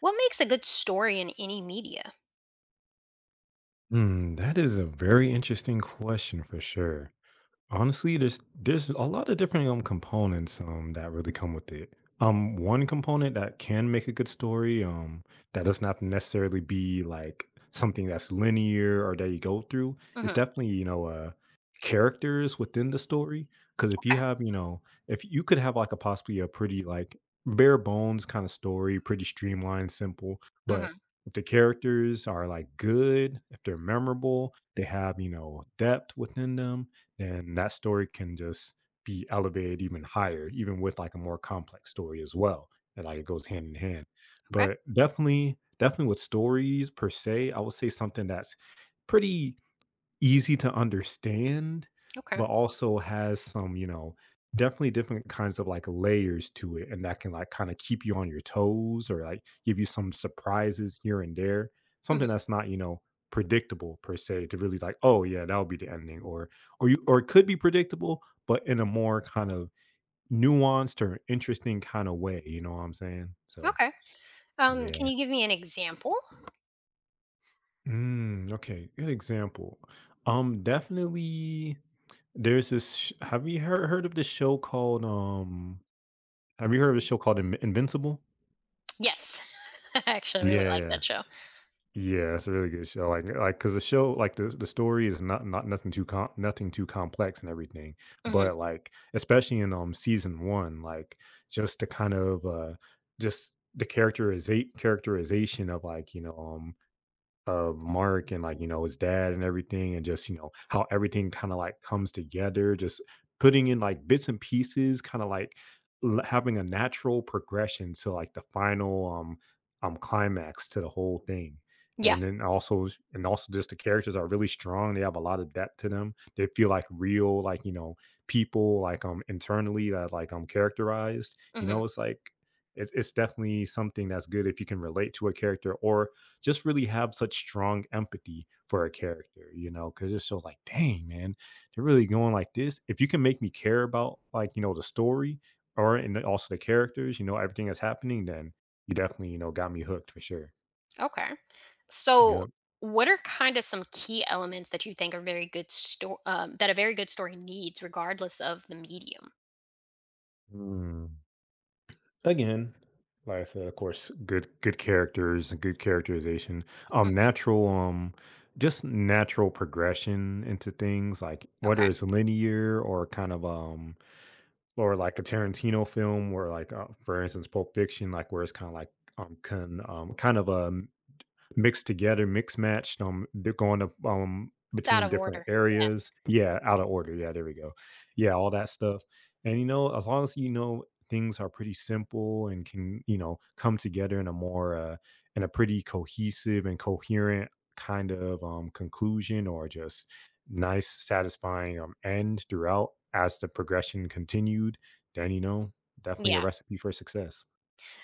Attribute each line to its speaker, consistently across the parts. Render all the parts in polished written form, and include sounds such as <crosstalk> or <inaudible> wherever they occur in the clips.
Speaker 1: What makes a good story in any media?
Speaker 2: Hmm, that is a very interesting question for sure. Honestly, there's a lot of different components that really come with it. One component that can make a good story that doesn't necessarily be like something that's linear or that you go through is
Speaker 1: Mhm,
Speaker 2: definitely characters within the story, because if you
Speaker 1: okay.
Speaker 2: have you know, if you could have like a possibly a pretty like bare bones kind of story, pretty streamlined, simple, but
Speaker 1: Mhm,
Speaker 2: if the characters are like good, if they're memorable, they have you know depth within them, then that story can just be elevated even higher, even with like a more complex story as well. And like it goes hand in hand.
Speaker 1: okay,
Speaker 2: But definitely, definitely with stories per se, I would say something that's pretty easy to understand,
Speaker 1: okay.
Speaker 2: but also has some, you know, definitely different kinds of like layers to it. And that can like kind of keep you on your toes or like give you some surprises here and there.
Speaker 1: Mhm,
Speaker 2: Something that's not, you know, predictable per se to really like, oh yeah, that'll be the ending. Or you or it could be predictable, but in a more kind of nuanced or interesting kind of way. You know what I'm saying? So
Speaker 1: okay. Can
Speaker 2: yeah.
Speaker 1: you give me an example?
Speaker 2: Mm, okay. Good example. Definitely. There's this sh Have you heard of this show called, have you heard of a show called In Invincible?
Speaker 1: Yes. <laughs> I actually
Speaker 2: Yeah.
Speaker 1: really like
Speaker 2: Yeah,
Speaker 1: that show.
Speaker 2: yeah, it's a really good show, cause the show like, the story is nothing too complex and everything,
Speaker 1: Mhm.
Speaker 2: but, like, especially in, season 1, like, just the kind of, just the characterization of, like, you know, of Mark and like, you know, his dad and everything, and just, you know, how everything kind of like comes together, just putting in like bits and pieces, kind of like having a natural progression to like the final climax to the whole thing.
Speaker 1: Yeah.
Speaker 2: And then also, and also just the characters are really strong. They have a lot of depth to them. They feel like real, like, you know, people like internally that like characterized. You
Speaker 1: Mhm.
Speaker 2: know, it's like it's definitely something that's good if you can relate to a character or just really have such strong empathy for a character, you know, because it's so like, dang, man, they're really going like this. If you can make me care about like, you know, the story or, and then also the characters, you know, everything that's happening, then you definitely, you know, got me hooked for sure.
Speaker 1: Okay. So,
Speaker 2: Yep.
Speaker 1: what are kinda some key elements that you think are very good sto that a very good story needs regardless of the medium?
Speaker 2: Mm. Again, like I said, of course, good characters and good characterization.
Speaker 1: Mm,
Speaker 2: Natural, just natural progression into things, like
Speaker 1: okay.
Speaker 2: whether it's linear or kind of or like a Tarantino film where like for instance Pulp Fiction, like where it's kind of like kind of a mixed together, mixed matched, they're going up,
Speaker 1: It's out
Speaker 2: between
Speaker 1: of
Speaker 2: different
Speaker 1: order.
Speaker 2: areas. Yeah, out of order. Yeah, there we go. Yeah, all that stuff. And, you know, as long as you know things are pretty simple and can, you know, come together in a more, in a pretty cohesive and coherent kind of, conclusion or just nice satisfying, end throughout as the progression continued, then, you know,
Speaker 1: Yeah.
Speaker 2: definitely a
Speaker 1: Yeah.
Speaker 2: recipe for success.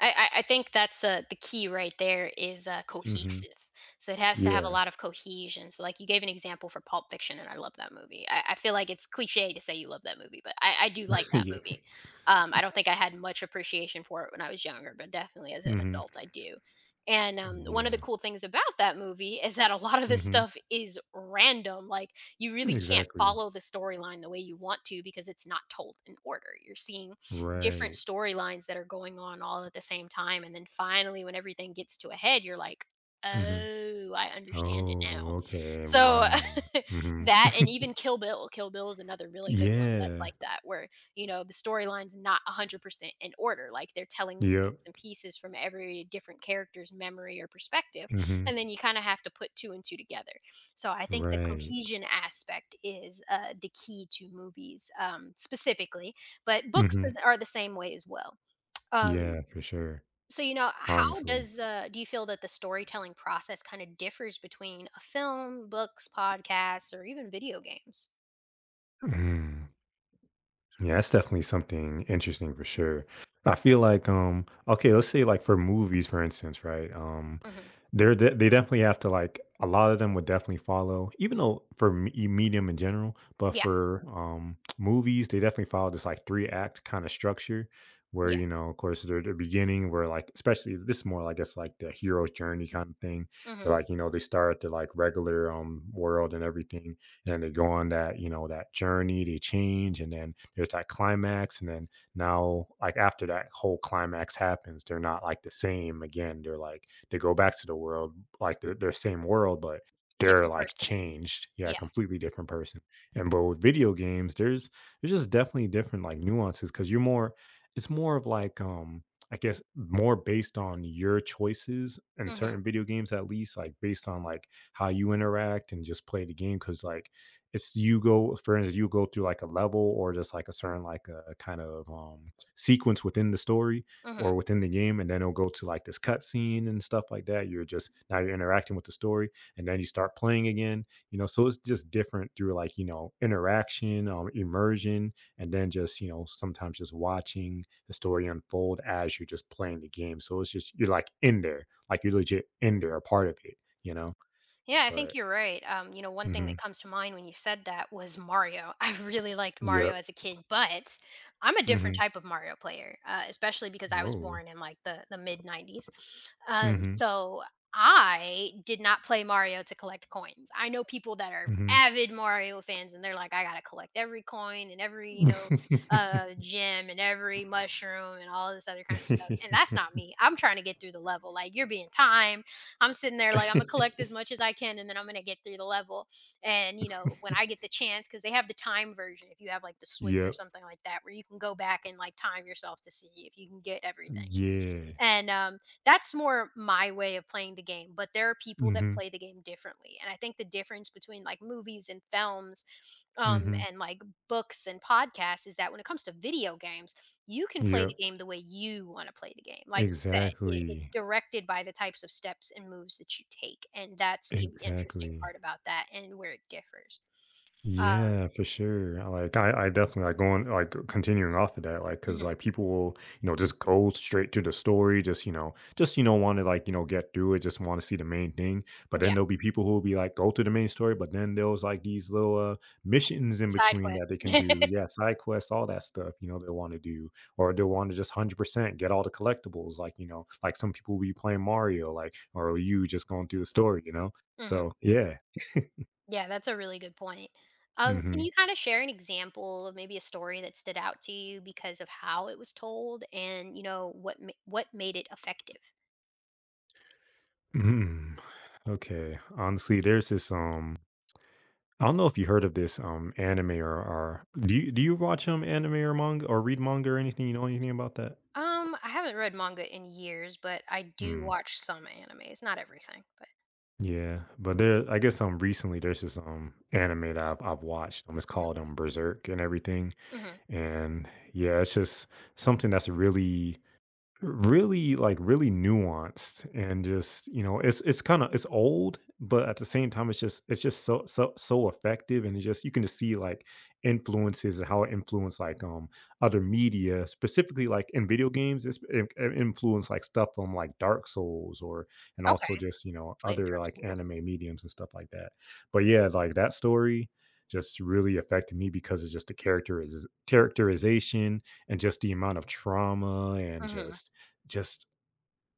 Speaker 1: I, I think that's the key right there is
Speaker 2: Mhm.
Speaker 1: cohesive. So it has to have a
Speaker 2: Yeah.
Speaker 1: lot of cohesion. So like you gave an example for Pulp Fiction, and I love that movie. I feel like it's cliche to say you love that movie, but I do like
Speaker 2: <laughs>
Speaker 1: that
Speaker 2: Yeah.
Speaker 1: movie. I don't think I had much appreciation for it when I was younger, but definitely as an
Speaker 2: Mhm.
Speaker 1: adult, I do. And one of
Speaker 2: Yeah.
Speaker 1: the cool things about that movie is that a lot of the
Speaker 2: Mhm.
Speaker 1: stuff is random. Like you really can't
Speaker 2: Exactly.
Speaker 1: follow the storyline the way you want to because it's not told in order. You're seeing different
Speaker 2: Right.
Speaker 1: storylines that are going on all at the same time. And then finally, when everything gets to a head, you're like,
Speaker 2: Mhm.
Speaker 1: oh, I understand it now.
Speaker 2: Oh, okay.
Speaker 1: So
Speaker 2: Wow.
Speaker 1: <laughs>
Speaker 2: Mhm.
Speaker 1: that, and even Kill Bill, Kill Bill is another really good one that's
Speaker 2: Yeah.
Speaker 1: like that, where, you know, the storyline's not 100% in order. Like they're telling you
Speaker 2: Yep.
Speaker 1: bits and pieces from every different character's memory or perspective.
Speaker 2: Mhm.
Speaker 1: And then you kind of have to put two and two together. So I think the
Speaker 2: Right.
Speaker 1: cohesion aspect is the key to movies specifically, but books
Speaker 2: Mhm.
Speaker 1: is are the same way as well. Um,
Speaker 2: Yeah, for sure.
Speaker 1: so, you know, how
Speaker 2: Honestly.
Speaker 1: does do you feel that the storytelling process kinda differs between a film, books, podcasts, or even video games?
Speaker 2: Mhm. Yeah, that's definitely something interesting for sure. I feel like okay, let's say like for movies for instance, right?
Speaker 1: Mhm.
Speaker 2: They definitely have to like, a lot of them would definitely follow, even though medium in general, but
Speaker 1: Yeah,
Speaker 2: for <tsk> movies, they definitely follow this like three act kind of structure where,
Speaker 1: yeah,
Speaker 2: you know, of course, they're the beginning, where like, especially, this is more like it's like the hero's journey kind of thing,
Speaker 1: mhm.
Speaker 2: where like you know they start at the like regular world and everything, and they go on that you know that journey, they change, and then there's that climax, and then now like after that whole climax happens, they're not like the same again, they're like, they go back to the world, like their same world, but they're
Speaker 1: Different
Speaker 2: like
Speaker 1: person.
Speaker 2: changed, yeah,
Speaker 1: Yeah.
Speaker 2: completely different person. And but with video games, there's just definitely different like nuances because you're more, it's more of like I guess more based on your choices in
Speaker 1: Mhm,
Speaker 2: certain video games, at least, like based on like how you interact and just play the game. Cause like it's, you go, for instance, you go through like a level, or just like a certain, like a kind of sequence within the story or
Speaker 1: mhm.
Speaker 2: within the game, and then it'll go to like this cutscene and stuff like that, you're just, now you're interacting with the story, and then you start playing again, you know, so it's just different through like you know interaction, immersion, and then just you know sometimes just watching the story unfold as you're just playing the game, so it's just you're like in there, like you're legit in there a part of it, you know.
Speaker 1: Yeah, I think
Speaker 2: But
Speaker 1: you're right. You know, one thing
Speaker 2: hmm.
Speaker 1: that comes to mind when you said that was Mario. <laughs> I really liked
Speaker 2: Yeah.
Speaker 1: Mario as a kid, but I'm a different
Speaker 2: Hmm.
Speaker 1: type of Mario player, especially because I was
Speaker 2: Oh.
Speaker 1: born in like the mid '90s. Um,
Speaker 2: Mhm,
Speaker 1: so I did not play Mario to collect coins. I know people that are
Speaker 2: mhm.
Speaker 1: avid Mario fans, and they're like, I gotta collect every coin and every you know
Speaker 2: <laughs>
Speaker 1: gem and every mushroom and all this other kind of stuff. And that's not me. I'm trying to get through the level. Like you're being timed. I'm sitting there like I'm gonna collect as much as I can and then I'm gonna get through the level. And you know, when I get the chance, because they have the time version if you have like the switch or
Speaker 2: Yep.
Speaker 1: something like that, where you can go back and like time yourself to see if you can get everything.
Speaker 2: Yeah.
Speaker 1: And that's more my way of playing the game. But there are people that
Speaker 2: Mhm,
Speaker 1: play the game differently. And I think the difference between like movies and films
Speaker 2: mhm.
Speaker 1: and like books and podcasts is that when it comes to video games, you can play the
Speaker 2: Yep.
Speaker 1: game the way you want to play the game. Like you said, it's
Speaker 2: Exactly.
Speaker 1: directed by the types of steps and moves that you take. And that's the interesting
Speaker 2: Exactly.
Speaker 1: part about that and where it differs. Uh,
Speaker 2: Yeah, for sure. Like I definitely like going like, continuing off of that, like because
Speaker 1: mhm.
Speaker 2: like people will, you know, just go straight to the story, just you know, want to like you know get through it, just want to see the main thing. But
Speaker 1: Yeah.
Speaker 2: then there'll be people who will be like, go to the main story, but then there's like these little missions in
Speaker 1: Side
Speaker 2: between that
Speaker 1: quest.
Speaker 2: they
Speaker 1: <laughs>
Speaker 2: can do. Yeah, side quests, all that stuff. You know, they want to do, or they want to just 100% get all the collectibles. Like you know, like some people will be playing Mario, like, or you just going through the story. You know,
Speaker 1: Hmm.
Speaker 2: so yeah.
Speaker 1: Yeah, that's a really good point. Can
Speaker 2: Hmm.
Speaker 1: you kind of share an example of maybe a story that stood out to you because of how it was told, and you know what what made it effective?
Speaker 2: Hmm. Okay, honestly, there's this I don't know if you heard of this anime or do you watch anime or manga, or read manga or anything? You know anything about that?
Speaker 1: I haven't read manga in years, but I do
Speaker 2: Mm,
Speaker 1: watch some animes. Not everything, but
Speaker 2: yeah, but there, I guess recently there's this anime that I've watched. It's
Speaker 1: mhm.
Speaker 2: called Berserk and everything,
Speaker 1: Mhm,
Speaker 2: and yeah, it's just something that's really really like really nuanced, and just you know it's, it's old, but at the same time it's just, it's just so effective, and it's just you can just see like influences and how it influenced like other media, specifically like in video games, it influenced like stuff from like Dark Souls, or and
Speaker 1: okay.
Speaker 2: also just you know
Speaker 1: Played
Speaker 2: other
Speaker 1: Dark
Speaker 2: like
Speaker 1: Souls.
Speaker 2: anime mediums and stuff like that. But yeah, like that story just really affected me because of just the characterization, and just the amount of trauma, and
Speaker 1: Hmm.
Speaker 2: just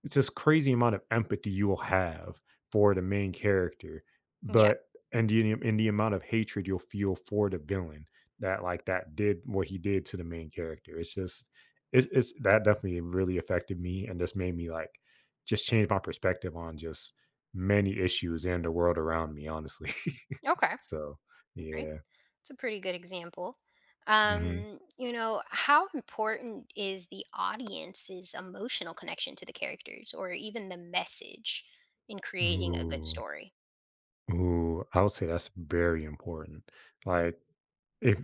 Speaker 2: it's this crazy amount of empathy you'll have for the main character,
Speaker 1: Yeah.
Speaker 2: but, and the, and the amount of hatred you'll feel for the villain that, like that did what he did to the main character. It's just, it's, that definitely really affected me and just made me like just change my perspective on just many issues and the world around me, honestly.
Speaker 1: Okay.
Speaker 2: <laughs> So
Speaker 1: All right.
Speaker 2: yeah.
Speaker 1: It's a pretty good example.
Speaker 2: Hmm.
Speaker 1: You know, how important is the audience's emotional connection to the characters or even the message in creating a good
Speaker 2: Ooh.
Speaker 1: story?
Speaker 2: Ooh. I would say that's very important. Like, If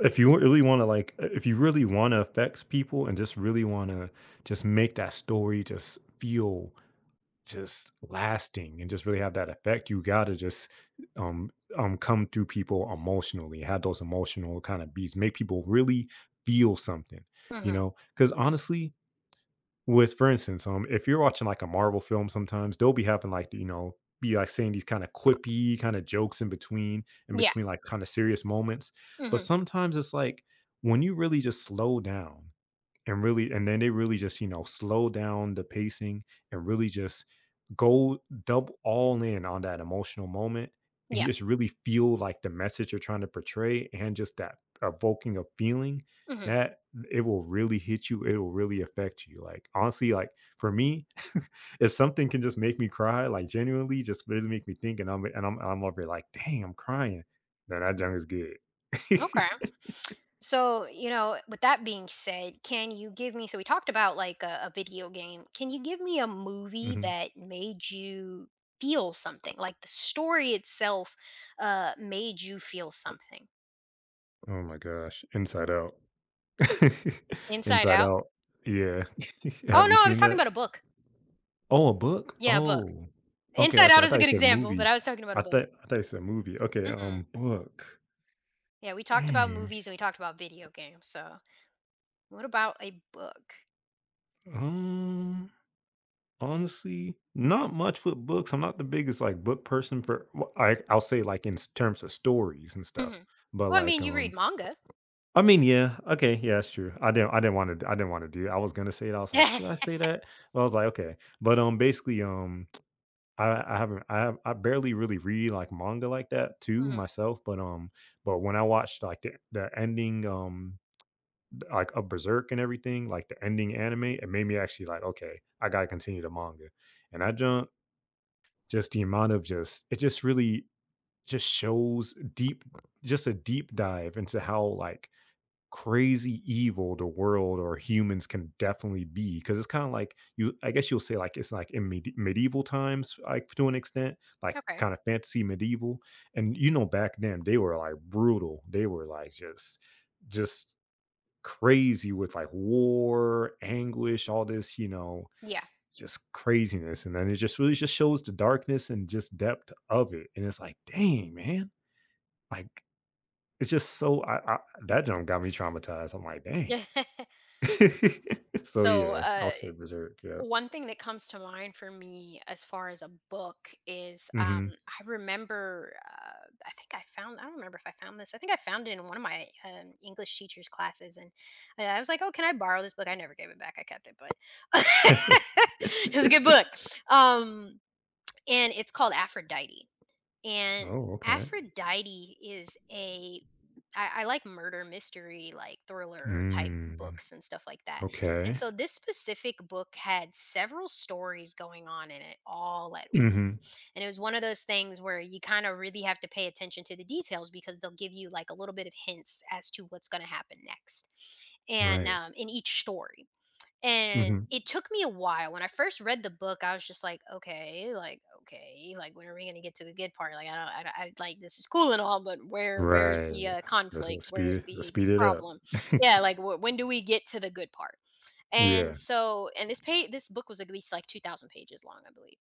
Speaker 2: if you really wanna, like, if you really wanna affect people and just really wanna just make that story just feel just lasting and just really have that effect, you gotta just, um come through people emotionally, have those emotional kinda beats, make people really feel something, you
Speaker 1: Hmm.
Speaker 2: know? Because honestly, with, for instance, if you're watching like a Marvel film, sometimes they'll be having like you know, be like saying these kind of quippy kind of jokes in
Speaker 1: Yeah.
Speaker 2: between like kind of serious moments. But
Speaker 1: Hmm.
Speaker 2: sometimes it's like when you really just slow down and really, and then they really just you know slow down the pacing and really just go double all in on that emotional moment, and
Speaker 1: Yeah.
Speaker 2: just really feel like the message you're trying to portray, and just that evoking of feeling,
Speaker 1: Hmm.
Speaker 2: that it will really hit you, it will really affect you. Like honestly like for me, <laughs> if something can just make me cry, like genuinely just really make me think, and I'm over like dang, I'm crying, then that junk is good.
Speaker 1: Okay.
Speaker 2: <laughs>
Speaker 1: So, you know, with that being said, can you give me, so we talked about like a video game. Can you give me a movie
Speaker 2: Mhm.
Speaker 1: that made you feel something? Like the story itself made you feel something?
Speaker 2: Oh my gosh, Inside Out. <laughs>
Speaker 1: Inside
Speaker 2: Inside
Speaker 1: Out?
Speaker 2: Out, yeah. <laughs>
Speaker 1: Oh,
Speaker 2: Have you
Speaker 1: no, I was
Speaker 2: seen
Speaker 1: talking
Speaker 2: that?
Speaker 1: about a book.
Speaker 2: Oh, a book?
Speaker 1: Yeah, a book.
Speaker 2: Oh. Okay,
Speaker 1: Inside
Speaker 2: okay,
Speaker 1: Out
Speaker 2: I
Speaker 1: is a
Speaker 2: thought you
Speaker 1: good
Speaker 2: said
Speaker 1: example, but
Speaker 2: movie.
Speaker 1: I was talking about a
Speaker 2: I
Speaker 1: book.
Speaker 2: thought I thought you said movie. Okay,
Speaker 1: Mm-mm.
Speaker 2: book.
Speaker 1: Yeah, we talked about
Speaker 2: Dang.
Speaker 1: movies and we talked about video games, so what about a book?
Speaker 2: Um, honestly, not much with books. I'm not the biggest, like, book person for I'll say, like, in s terms of stories and stuff,
Speaker 1: Mhm.
Speaker 2: but,
Speaker 1: Well, I
Speaker 2: like,
Speaker 1: mean, you read
Speaker 2: um,
Speaker 1: manga.
Speaker 2: I mean, yeah. Okay, yeah, that's true. I didn't wanna, I didn't wanna do, I was gonna say it, I was like, "Should I
Speaker 1: <laughs>
Speaker 2: say that?" But I was like, "Okay." But, basically, I haven't I have I barely really read, like, manga like that too
Speaker 1: Mhm.
Speaker 2: myself, but, um, but when I watched, like, the ending, like, of Berserk and everything, like, the ending anime, it made me actually like, "Okay, I gotta continue the manga." And I jump, just the amount of, just it just really just shows deep, just a deep dive into how, like, crazy evil the world or humans can definitely be, because it's kind of like, you, I guess you'll say like, it's like in medieval times like, to an extent like,
Speaker 1: Okay.
Speaker 2: kind of fantasy medieval. And you know back then they were like brutal, they were like just crazy with like war, anguish, all this you know,
Speaker 1: Yeah.
Speaker 2: just craziness, and then it just really just shows the darkness and just depth of it, and it's like dang man, like, it's just so, I, that jump got me traumatized, I'm like dang.
Speaker 1: <laughs>
Speaker 2: <laughs> So
Speaker 1: So,
Speaker 2: yeah, I'll
Speaker 1: uh,
Speaker 2: say Berserk. Yeah.
Speaker 1: one thing that comes to mind for me as far as a book is
Speaker 2: Mhm.
Speaker 1: I remember, I think I found, I don't remember if I found this. I think I found it in one of my English teacher's classes. And I was like, oh, can I borrow this book? I never gave it back. I kept it, but <laughs> it's a good
Speaker 2: <laughs>
Speaker 1: book. Um, and it's called Aphrodite, and
Speaker 2: Oh, okay.
Speaker 1: Aphrodite is a I like murder mystery, like thriller type
Speaker 2: Mm,
Speaker 1: books and stuff like that. And
Speaker 2: okay.
Speaker 1: so this specific book had several stories going on in it all at
Speaker 2: Mhm.
Speaker 1: once. And it was one of those things where you kind of really have to pay attention to the details because they'll give you like a little bit of hints as to what's going to happen next. And
Speaker 2: Right.
Speaker 1: in each story. And
Speaker 2: Mhm.
Speaker 1: it took me a while. When I first read the book, I was just like, okay, like, okay, like, when are we going to get to the good part? Like, I don't, don't- I Like, this is cool and all, but where, where's the
Speaker 2: Right. That's gonna
Speaker 1: conflict?
Speaker 2: speed
Speaker 1: Where's
Speaker 2: it, let's
Speaker 1: the
Speaker 2: speed it up.
Speaker 1: problem?
Speaker 2: <laughs>
Speaker 1: Yeah, like, when do we get to the good part? And
Speaker 2: Yeah.
Speaker 1: so, and this page, this book was at least like 2,000 pages long, I believe.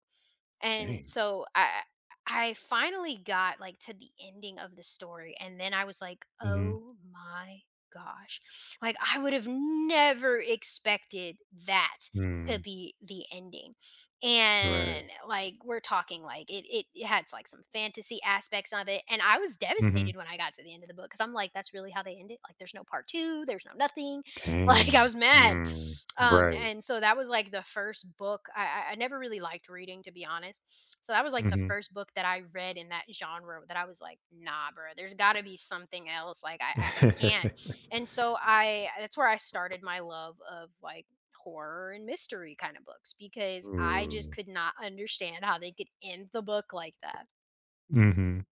Speaker 1: And
Speaker 2: Dang.
Speaker 1: so I finally got like to the ending of the story and then I was like,
Speaker 2: Mhm.
Speaker 1: "Oh my gosh." Like I would have never expected that to
Speaker 2: Mm.
Speaker 1: be the ending.
Speaker 2: Right.
Speaker 1: And like we're talking like it had like some fantasy aspects of it and I was
Speaker 2: Mhm.
Speaker 1: devastated when I got to the end of the book cuz I'm like that's really how they end it? Like there's no part 2, there's no nothing. <laughs> Like I
Speaker 2: Dang.
Speaker 1: was mad.
Speaker 2: Mm. Right.
Speaker 1: And so that was like the first book I never really liked reading, to be honest. So that was like the
Speaker 2: Mhm.
Speaker 1: first book that I read in that genre that I was like, nah, bro, there's got to be something else. Like I can't.
Speaker 2: <laughs>
Speaker 1: And so I that's where I started my love of like horror and mystery kind of books because I just
Speaker 2: Ooh.
Speaker 1: could not understand how they could end the book like that.
Speaker 2: Mhm.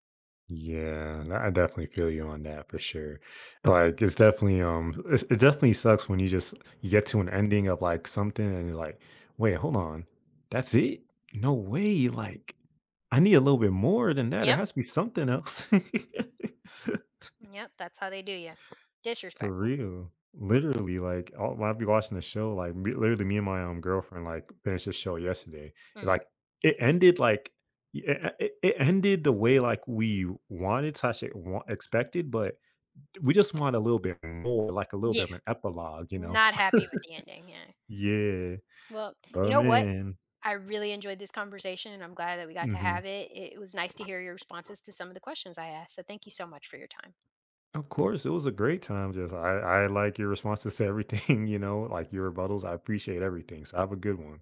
Speaker 2: Yeah, and I definitely feel you on that for sure. Like it's definitely it definitely sucks when you just, you get to an ending of like something and you're like, "Wait, hold on. That's it? No way. Like I need a little bit more than that. There
Speaker 1: Yep,
Speaker 2: has to be something else." <laughs>
Speaker 1: yep, that's how they do you.
Speaker 2: For
Speaker 1: Disrespectful.
Speaker 2: real. Literally, like I'll, when I be watching the show, like me, literally, me and my girlfriend like finished the show yesterday.
Speaker 1: Hmm.
Speaker 2: Like it ended like, it ended the way like we wanted, slash it expected, but we just want a little bit more, like a little bit
Speaker 1: Yeah,
Speaker 2: of an epilogue, you know?
Speaker 1: not happy with the ending. Yeah.
Speaker 2: Yeah,
Speaker 1: Well, you
Speaker 2: but
Speaker 1: know what?
Speaker 2: man,
Speaker 1: I really enjoyed this conversation and I'm glad that we got to
Speaker 2: hmm,
Speaker 1: have it. It was nice to hear your responses to some of the questions I asked. So thank you so much for your time.
Speaker 2: of course, it was a great time. Just I like your responses to everything, <laughs> you know, like your rebuttals. I appreciate everything. So have a good one.